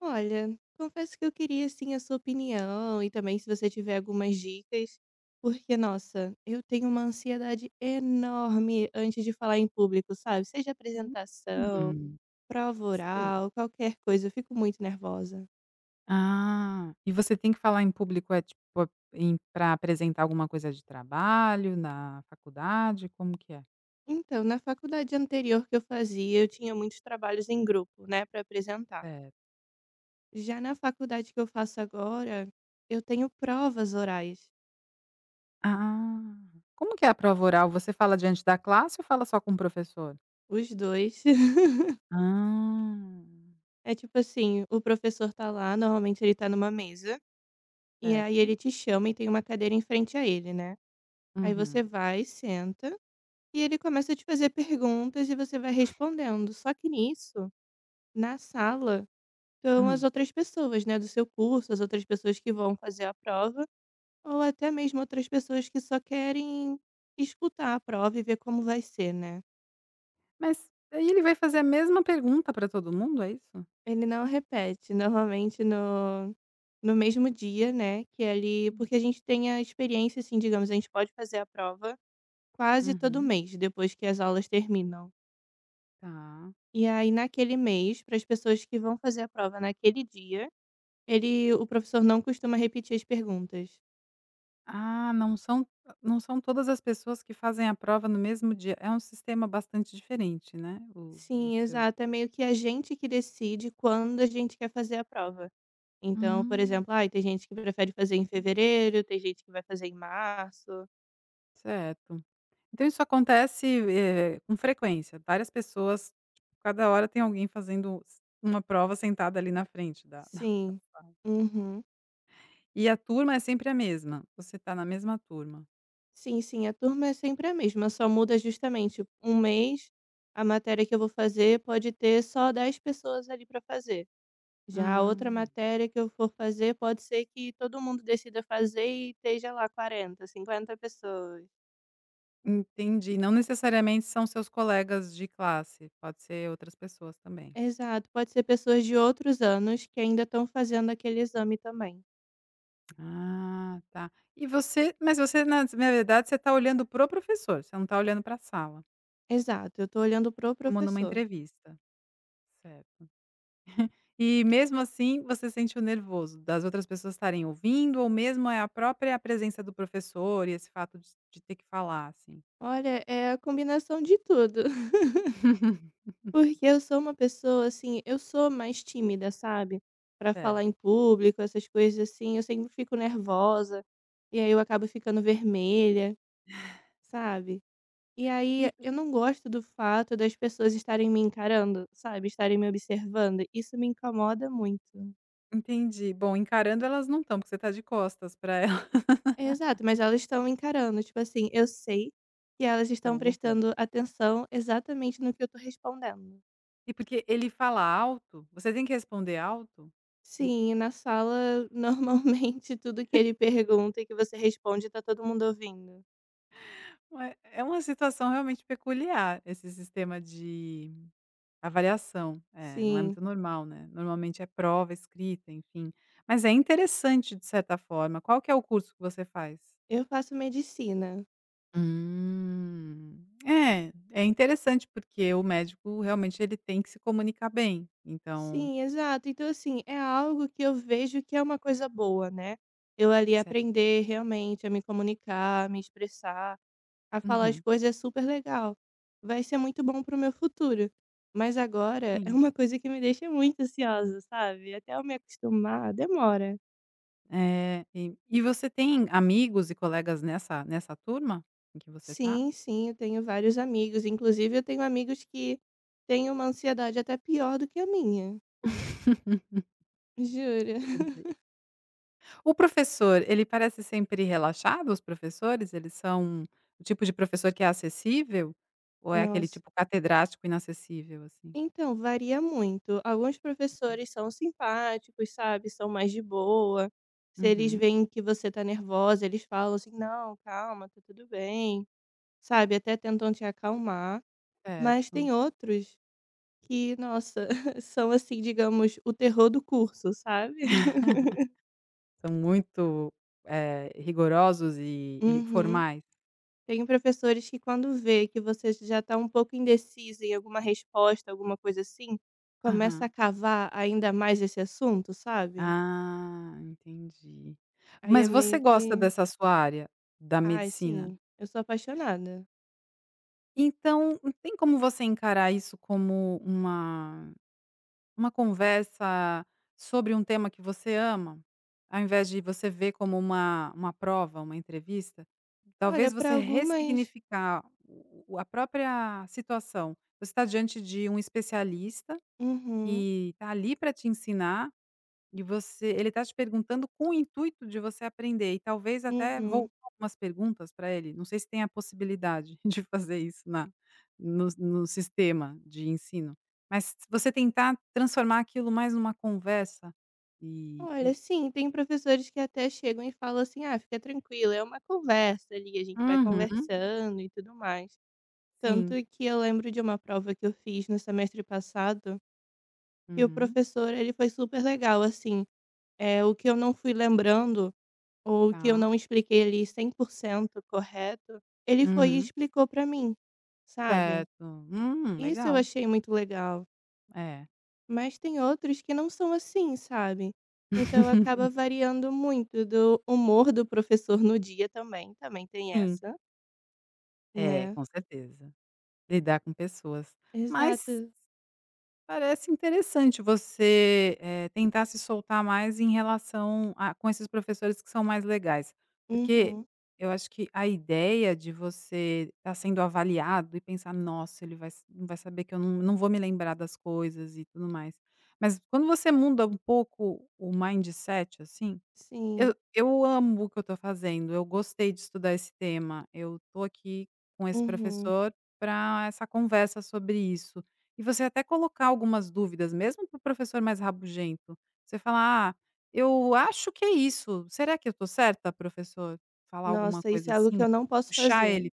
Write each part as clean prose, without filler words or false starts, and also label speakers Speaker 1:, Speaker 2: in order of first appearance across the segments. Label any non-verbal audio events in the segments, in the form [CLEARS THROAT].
Speaker 1: Olha, confesso que eu queria assim a sua opinião e também se você tiver algumas dicas, porque nossa, eu tenho uma ansiedade enorme antes de falar em público, sabe? Seja apresentação,
Speaker 2: Hum.
Speaker 1: prova
Speaker 2: Sei.
Speaker 1: oral, qualquer coisa, eu fico muito nervosa.
Speaker 2: Ah, e você tem que falar em público, é tipo para apresentar alguma coisa de trabalho, na faculdade, como que é?
Speaker 1: Então, na faculdade anterior que eu fazia, eu tinha muitos trabalhos em grupo, né, para apresentar.
Speaker 2: É.
Speaker 1: Já na faculdade que eu faço agora, eu tenho provas orais,
Speaker 2: Ah, como que é a prova oral? Você fala diante da classe ou fala só com o professor?
Speaker 1: os dois. [LAUGHS]
Speaker 2: Ah,
Speaker 1: É tipo assim, o professor tá lá, normalmente ele tá numa mesa. E aí
Speaker 2: certo.
Speaker 1: ele te chama e tem uma cadeira em frente a ele, né. Aí você
Speaker 2: Uhum,
Speaker 1: vai, senta, e ele começa a te fazer perguntas e você vai respondendo. Só que nisso, na sala, estão as
Speaker 2: uhum.
Speaker 1: outras pessoas, né, do seu curso, as outras pessoas que vão fazer a prova, ou até mesmo outras pessoas que só querem escutar a prova e ver como vai ser, né.
Speaker 2: Mas aí ele vai fazer a mesma pergunta para todo mundo, é isso?
Speaker 1: Ele não repete, normalmente no mesmo dia, né, que ali porque a gente tem a experiência, assim, digamos, a gente pode fazer a prova quase todo
Speaker 2: Uhum,
Speaker 1: mês, depois que as aulas terminam.
Speaker 2: tá.
Speaker 1: E aí, naquele mês, para as pessoas que vão fazer a prova naquele dia, ele, o professor não costuma repetir as perguntas.
Speaker 2: Ah, não são todas as pessoas que fazem a prova no mesmo dia. É um sistema bastante diferente, né, o do
Speaker 1: Sim,
Speaker 2: seu.
Speaker 1: exato. É meio que a gente que decide quando a gente quer fazer a prova. Então, por
Speaker 2: Hum,
Speaker 1: exemplo, ai, tem gente que prefere fazer em fevereiro, tem gente que vai fazer em março.
Speaker 2: certo. Então isso acontece, com frequência, várias pessoas, tipo, cada hora tem alguém fazendo s uma prova sentada ali na frente da [LAUGHS] da
Speaker 1: Sim. Uhum.
Speaker 2: e a turma é sempre a mesma? Você está na mesma turma.
Speaker 1: Sim, sim, a turma é sempre a mesma, só muda justamente um mês. A matéria que eu vou fazer pode ter só 10 pessoas ali para fazer. Já a outra
Speaker 2: Hum,
Speaker 1: matéria que eu for fazer, pode ser que todo mundo decida fazer e esteja lá 40, 50 pessoas.
Speaker 2: entendi. Não necessariamente são seus colegas de classe, pode ser outras pessoas também.
Speaker 1: Exato, pode ser pessoas de outros anos que ainda estão fazendo aquele exame também.
Speaker 2: Ah, tá. E você mas você na verdade você está olhando para o professor, você não está olhando para a sala,
Speaker 1: Exato, eu tô olhando pro
Speaker 2: como numa
Speaker 1: professor.
Speaker 2: entrevista. Certo. E mesmo assim você sente o nervoso das outras pessoas estarem ouvindo ou mesmo é a própria presença do professor e esse fato de ter que falar, assim?
Speaker 1: Olha, é a combinação de tudo, [LAUGHS] porque eu sou uma pessoa assim, eu sou mais tímida, sabe? Para falar em
Speaker 2: Certo.
Speaker 1: público, essas coisas assim, eu sempre fico nervosa e aí eu acabo ficando vermelha, sabe? E
Speaker 2: E
Speaker 1: aí,
Speaker 2: e
Speaker 1: eu não gosto do fato das pessoas estarem me encarando, sabe, estarem me observando, isso me incomoda muito.
Speaker 2: entendi. Bom, encarando elas não estão, porque você está de costas para elas,
Speaker 1: Exato, mas elas estão me encarando, tipo assim, eu sei que elas
Speaker 2: [LAUGHS]
Speaker 1: estão
Speaker 2: estão ouvindo.
Speaker 1: prestando atenção exatamente no que eu tô respondendo.
Speaker 2: E porque ele fala alto, você tem que responder alto?
Speaker 1: Sim, na sala, normalmente, [LAUGHS] tudo que ele pergunta e que você responde, tá todo mundo ouvindo.
Speaker 2: Como é uma situação realmente peculiar esse sistema de avaliação, é, não é
Speaker 1: Sim,
Speaker 2: muito normal, né, normalmente é prova escrita, enfim. Mas é interessante de certa forma, qual que é o curso que você faz?
Speaker 1: eu faço medicina.
Speaker 2: Hum. É, é interessante porque o médico realmente ele tem que se comunicar bem, então.
Speaker 1: Sim, exato. Então, assim, é algo que eu vejo que é uma coisa boa, né? Eu ali
Speaker 2: Certo.
Speaker 1: aprender realmente a me comunicar, a me expressar, a falar as
Speaker 2: Uhum,
Speaker 1: coisas é super legal. Vai ser muito bom pro meu futuro. Mas agora é
Speaker 2: sim.
Speaker 1: uma coisa que me deixa muito ansiosa, sabe? Até eu me acostumar, demora.
Speaker 2: E você tem amigos e colegas nessa turma em que você tá?
Speaker 1: Sim, sim, eu tenho vários amigos. Inclusive, eu tenho amigos que têm uma ansiedade até pior do que a minha.
Speaker 2: [LAUGHS]
Speaker 1: Jura?
Speaker 2: Entendi. O professor, ele parece sempre relaxado? Os professores, eles são o tipo de professor que é acessível? Ou
Speaker 1: [LAUGHS]
Speaker 2: é aquele
Speaker 1: Nossa.
Speaker 2: tipo catedrático inacessível, assim?
Speaker 1: Então, varia muito. Alguns professores são simpáticos, sabe, são mais de boa. Se eles
Speaker 2: Uhum,
Speaker 1: veem que você tá nervosa, eles falam assim: "Não, calma, tá tudo bem", sabe, até tentam te acalmar. Mas
Speaker 2: certo.
Speaker 1: tem outros que, nossa, [LAUGHS] são assim, digamos, o terror do curso, sabe. [LAUGHS]
Speaker 2: São muito, rigorosos e
Speaker 1: Uhum.
Speaker 2: formais?
Speaker 1: Tem professores que quando vê que você já está um pouco indecisa em alguma resposta, alguma coisa assim, começa a
Speaker 2: Aham.
Speaker 1: cavar ainda mais esse assunto, sabe.
Speaker 2: Ah, entendi.
Speaker 1: Aí é
Speaker 2: Mas você
Speaker 1: meio
Speaker 2: gosta
Speaker 1: que
Speaker 2: dessa sua área, da
Speaker 1: Ai,
Speaker 2: medicina?
Speaker 1: sim, eu sou apaixonada.
Speaker 2: Então, tem como você encarar isso como uma conversa sobre um tema que você ama, ao invés de você ver como uma prova, uma entrevista,
Speaker 1: Olha,
Speaker 2: talvez
Speaker 1: para
Speaker 2: você
Speaker 1: algumas
Speaker 2: ressignificar o a própria situação. Você está diante de um especialista
Speaker 1: uhum,
Speaker 2: que está ali para te ensinar e você ele está te perguntando com o intuito de você aprender e talvez até
Speaker 1: uhum.
Speaker 2: voltar algumas perguntas para ele, não sei se tem a possibilidade [LAUGHS] de fazer isso na no sistema de ensino, mas você tentar transformar aquilo mais numa conversa e
Speaker 1: Olha,
Speaker 2: e
Speaker 1: sim, tem professores que até chegam e falam assim: "Ah, fica tranquila, é uma conversa ali, a gente vai
Speaker 2: Uhum,
Speaker 1: conversando e tudo mais". Tanto
Speaker 2: sim.
Speaker 1: que eu lembro de uma prova que eu fiz no semestre passado, e o
Speaker 2: Uhum,
Speaker 1: professor, ele foi super legal, assim, é o que eu não fui lembrando, ou o que eu
Speaker 2: tá.
Speaker 1: não expliquei ali 100% correto, ele foi e
Speaker 2: Uhum,
Speaker 1: explicou para mim, sabe.
Speaker 2: certo.
Speaker 1: Isso eu
Speaker 2: Legal.
Speaker 1: achei muito legal.
Speaker 2: É.
Speaker 1: Mas tem outros que não são assim, sabe. Então
Speaker 2: [LAUGHS]
Speaker 1: acaba variando muito do humor do professor no dia também, também tem
Speaker 2: Sim,
Speaker 1: essa,
Speaker 2: é,
Speaker 1: né.
Speaker 2: com certeza. Lidar com pessoas. Mas
Speaker 1: Exato.
Speaker 2: parece interessante você, tentar se soltar mais em relação a com esses professores que são mais legais, porque
Speaker 1: Uhum.
Speaker 2: eu acho que a ideia de você estar sendo avaliado e pensar: "Nossa, ele vai saber que eu não não vou me lembrar das coisas e tudo mais". Mas quando você muda um pouco o mindset, assim, eu
Speaker 1: Sim.
Speaker 2: eu amo o que eu estou fazendo, eu gostei de estudar esse tema, eu estou aqui com esse
Speaker 1: Uhum.
Speaker 2: professor para essa conversa sobre isso. E você até colocar algumas dúvidas, mesmo para o professor mais rabugento, você falar: "Ah, eu acho que é isso, será que eu estou certa, professor?" Falar alguma
Speaker 1: Nossa, isso
Speaker 2: coisa
Speaker 1: é algo que
Speaker 2: assim,
Speaker 1: eu não posso
Speaker 2: puxar
Speaker 1: fazer.
Speaker 2: ele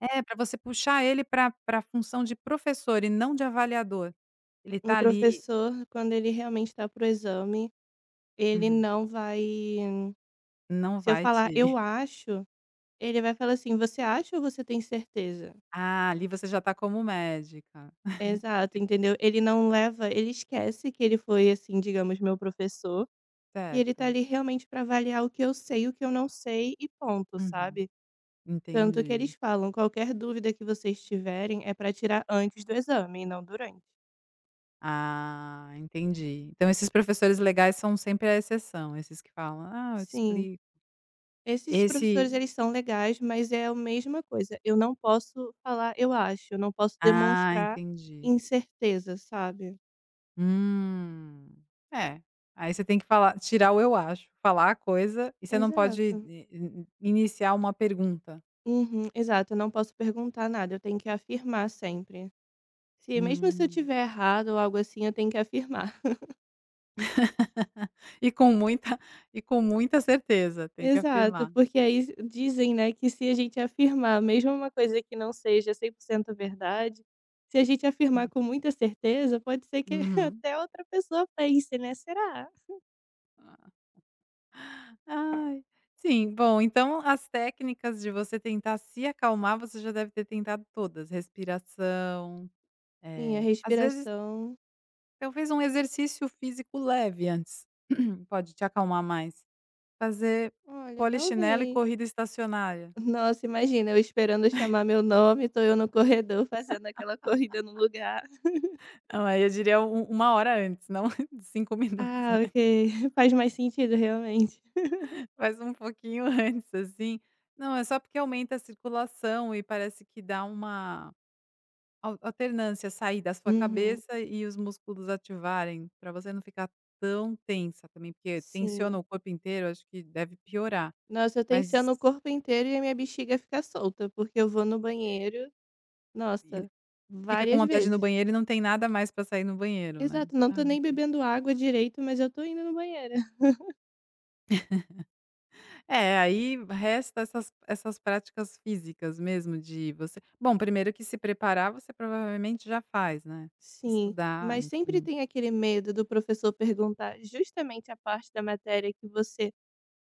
Speaker 2: é, para você puxar ele para função de professor e não de avaliador. Ele
Speaker 1: Um
Speaker 2: está ali
Speaker 1: professor, quando ele realmente está pro exame, ele
Speaker 2: uhum,
Speaker 1: não vai
Speaker 2: não
Speaker 1: se eu
Speaker 2: vai
Speaker 1: falar:
Speaker 2: te
Speaker 1: "Eu
Speaker 2: [LAUGHS]
Speaker 1: acho", ele vai falar assim: "Você acha ou você tem certeza?".
Speaker 2: ah, ali você já está como médica.
Speaker 1: Exato, entendeu. Ele não leva ele esquece que ele foi, assim, digamos, meu professor E ele tá
Speaker 2: Certo.
Speaker 1: ali realmente para avaliar o que eu sei o que eu não sei e ponto,
Speaker 2: Uhum.
Speaker 1: sabe. Tanto que eles
Speaker 2: Entendi.
Speaker 1: falam: "Qualquer dúvida que vocês tiverem é para tirar antes do exame e não durante".
Speaker 2: Ah, entendi. Então esses professores legais são sempre a exceção, esses que falam: "Ah, eu te
Speaker 1: Sim,
Speaker 2: explico".
Speaker 1: esses
Speaker 2: Esse
Speaker 1: professores eles são legais, mas é a mesma coisa, eu não posso falar "eu acho", eu não posso
Speaker 2: Ah,
Speaker 1: demonstrar
Speaker 2: entendi.
Speaker 1: incerteza, sabe.
Speaker 2: Hum. É, aí você tem que falar tirar o "eu acho", falar a coisa e você não pode
Speaker 1: Exato.
Speaker 2: i i iniciar uma pergunta.
Speaker 1: Uhum, exato, eu não posso perguntar nada, eu tenho que afirmar sempre. Se mesmo se eu
Speaker 2: Hum.
Speaker 1: tiver errado ou algo assim, eu tenho que afirmar.
Speaker 2: E com muita [LAUGHS] e com muita certeza, tem que
Speaker 1: Exato,
Speaker 2: afirmar.
Speaker 1: porque aí dizem, né, que se a gente afirmar mesmo uma coisa que não seja 100% verdade, se a gente afirmar com
Speaker 2: Hum.
Speaker 1: muita certeza, pode ser que [LAUGHS]
Speaker 2: Uhum.
Speaker 1: até outra pessoa pense, né, será?
Speaker 2: Ai. Sim, bom, então as técnicas de você tentar se acalmar, você já deve ter tentado todas, respiração,
Speaker 1: Sim, a
Speaker 2: às vezes
Speaker 1: respiração,
Speaker 2: talvez um exercício físico leve antes, [CLEARS THROAT] pode te acalmar mais. Fazer
Speaker 1: olha,
Speaker 2: polichinelo e
Speaker 1: talvez.
Speaker 2: corrida estacionária.
Speaker 1: Nossa, imagina, eu esperando chamar meu nome, tô eu no corredor fazendo aquela corrida no lugar. [LAUGHS]
Speaker 2: Ah, aí eu diria u uma hora antes, não, [LAUGHS] 5 minutos,
Speaker 1: Ah, ok,
Speaker 2: [LAUGHS]
Speaker 1: [LAUGHS] faz mais sentido realmente.
Speaker 2: faz um pouquinho [LAUGHS] antes, assim. Não, é só porque aumenta a circulação e parece que dá uma Al alternância, sair da sua
Speaker 1: Uhum,
Speaker 2: cabeça e os músculos ativarem, para você não ficar tão tensa também, porque tensiona
Speaker 1: sim.
Speaker 2: o corpo inteiro, acho que deve piorar,
Speaker 1: Nossa, eu tenho
Speaker 2: mas
Speaker 1: tensiono no corpo inteiro e a minha bexiga fica solta, porque eu vou no banheiro,
Speaker 2: e
Speaker 1: nossa,
Speaker 2: fica com
Speaker 1: várias
Speaker 2: vontade de ir no
Speaker 1: vezes.
Speaker 2: banheiro e não tem nada mais para sair no banheiro, né.
Speaker 1: Exato, não tô
Speaker 2: Ai, meu
Speaker 1: nem
Speaker 2: Deus.
Speaker 1: bebendo água direito, mas eu tô indo no banheiro. [LAUGHS]
Speaker 2: É, aí resta essas práticas físicas mesmo de você, bom, primeiro que se preparar você provavelmente já faz, né,
Speaker 1: Sim,
Speaker 2: estudar,
Speaker 1: mas sempre
Speaker 2: enfim.
Speaker 1: tem aquele medo do professor perguntar justamente a parte da matéria que você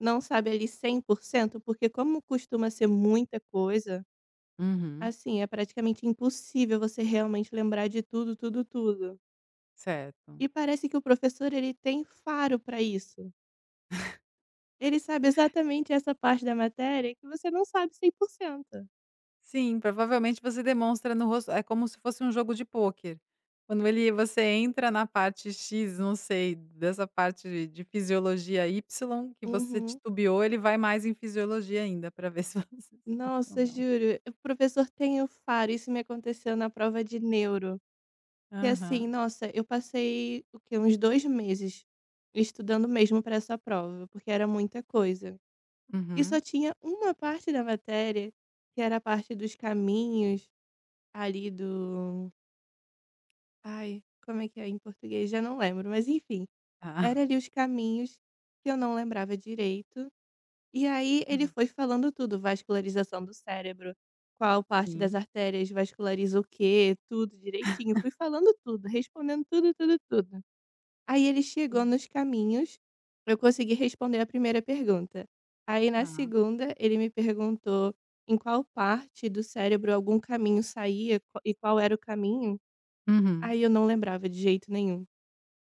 Speaker 1: não sabe ali 100%, porque como costuma ser muita coisa,
Speaker 2: Uhum,
Speaker 1: assim, é praticamente impossível você realmente lembrar de tudo, tudo, tudo.
Speaker 2: certo.
Speaker 1: E parece que o professor ele tem faro pra isso. Ele sabe exatamente essa parte da matéria que você não sabe 100%.
Speaker 2: Sim, provavelmente você demonstra no rosto, é como se fosse um jogo de pôquer. Quando ele você entra na parte X, não sei, dessa parte de fisiologia Y, que você
Speaker 1: Uhum.
Speaker 2: titubeou, ele vai mais em fisiologia ainda, para ver [LAUGHS] se você sabe ou
Speaker 1: Nossa,
Speaker 2: não.
Speaker 1: juro, o professor tem o faro, isso me aconteceu na prova de neuro, que assim,
Speaker 2: Aham.
Speaker 1: nossa, eu passei o quê? Uns 2 meses estudando mesmo para essa prova, porque era muita coisa. E só
Speaker 2: Uhum.
Speaker 1: tinha uma parte da matéria, que era a parte dos caminhos ali do ai, como é que é em português? Já não lembro, mas enfim, era
Speaker 2: Tá.
Speaker 1: ali os caminhos que eu não lembrava direito E aí ele
Speaker 2: Aham.
Speaker 1: foi
Speaker 2: [LAUGHS]
Speaker 1: falando tudo, vascularização do cérebro, qual parte das
Speaker 2: Sim,
Speaker 1: artérias vasculariza o quê, tudo direitinho. Fui falando tudo, respondendo tudo, tudo, tudo. Aí ele chegou
Speaker 2: sim.
Speaker 1: nos caminhos, eu consegui responder a primeira pergunta. Aí na
Speaker 2: Tá.
Speaker 1: segunda, ele me perguntou em qual parte do cérebro algum caminho saía e qual era o caminho.
Speaker 2: Uhum.
Speaker 1: Aí eu não lembrava de jeito nenhum.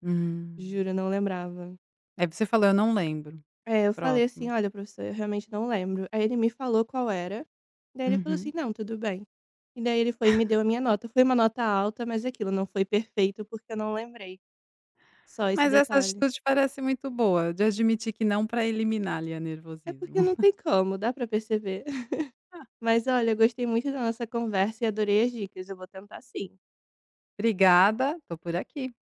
Speaker 2: Hum.
Speaker 1: Juro, eu não lembrava.
Speaker 2: Aí você falou: "Eu não lembro".
Speaker 1: É, eu falei assim:
Speaker 2: Próximo.
Speaker 1: "Olha, professor, eu realmente não lembro". Aí ele me falou qual era, daí ele falou assim:
Speaker 2: Uhum.
Speaker 1: "Não, tudo bem". E daí ele foi e me deu a minha nota. Foi uma nota alta, mas é aquilo, não foi perfeito, porque eu não lembrei. Só esse
Speaker 2: Mas essa
Speaker 1: detalhe.
Speaker 2: atitude parece muito boa, de admitir que não, para eliminar ali a
Speaker 1: É
Speaker 2: nervosismo.
Speaker 1: porque não tem
Speaker 2: [LAUGHS]
Speaker 1: como, dá pra perceber. [LAUGHS] Mas olha, eu gostei muito da nossa conversa e adorei as dicas. Eu vou tentar sim.
Speaker 2: Obrigada, estou por aqui.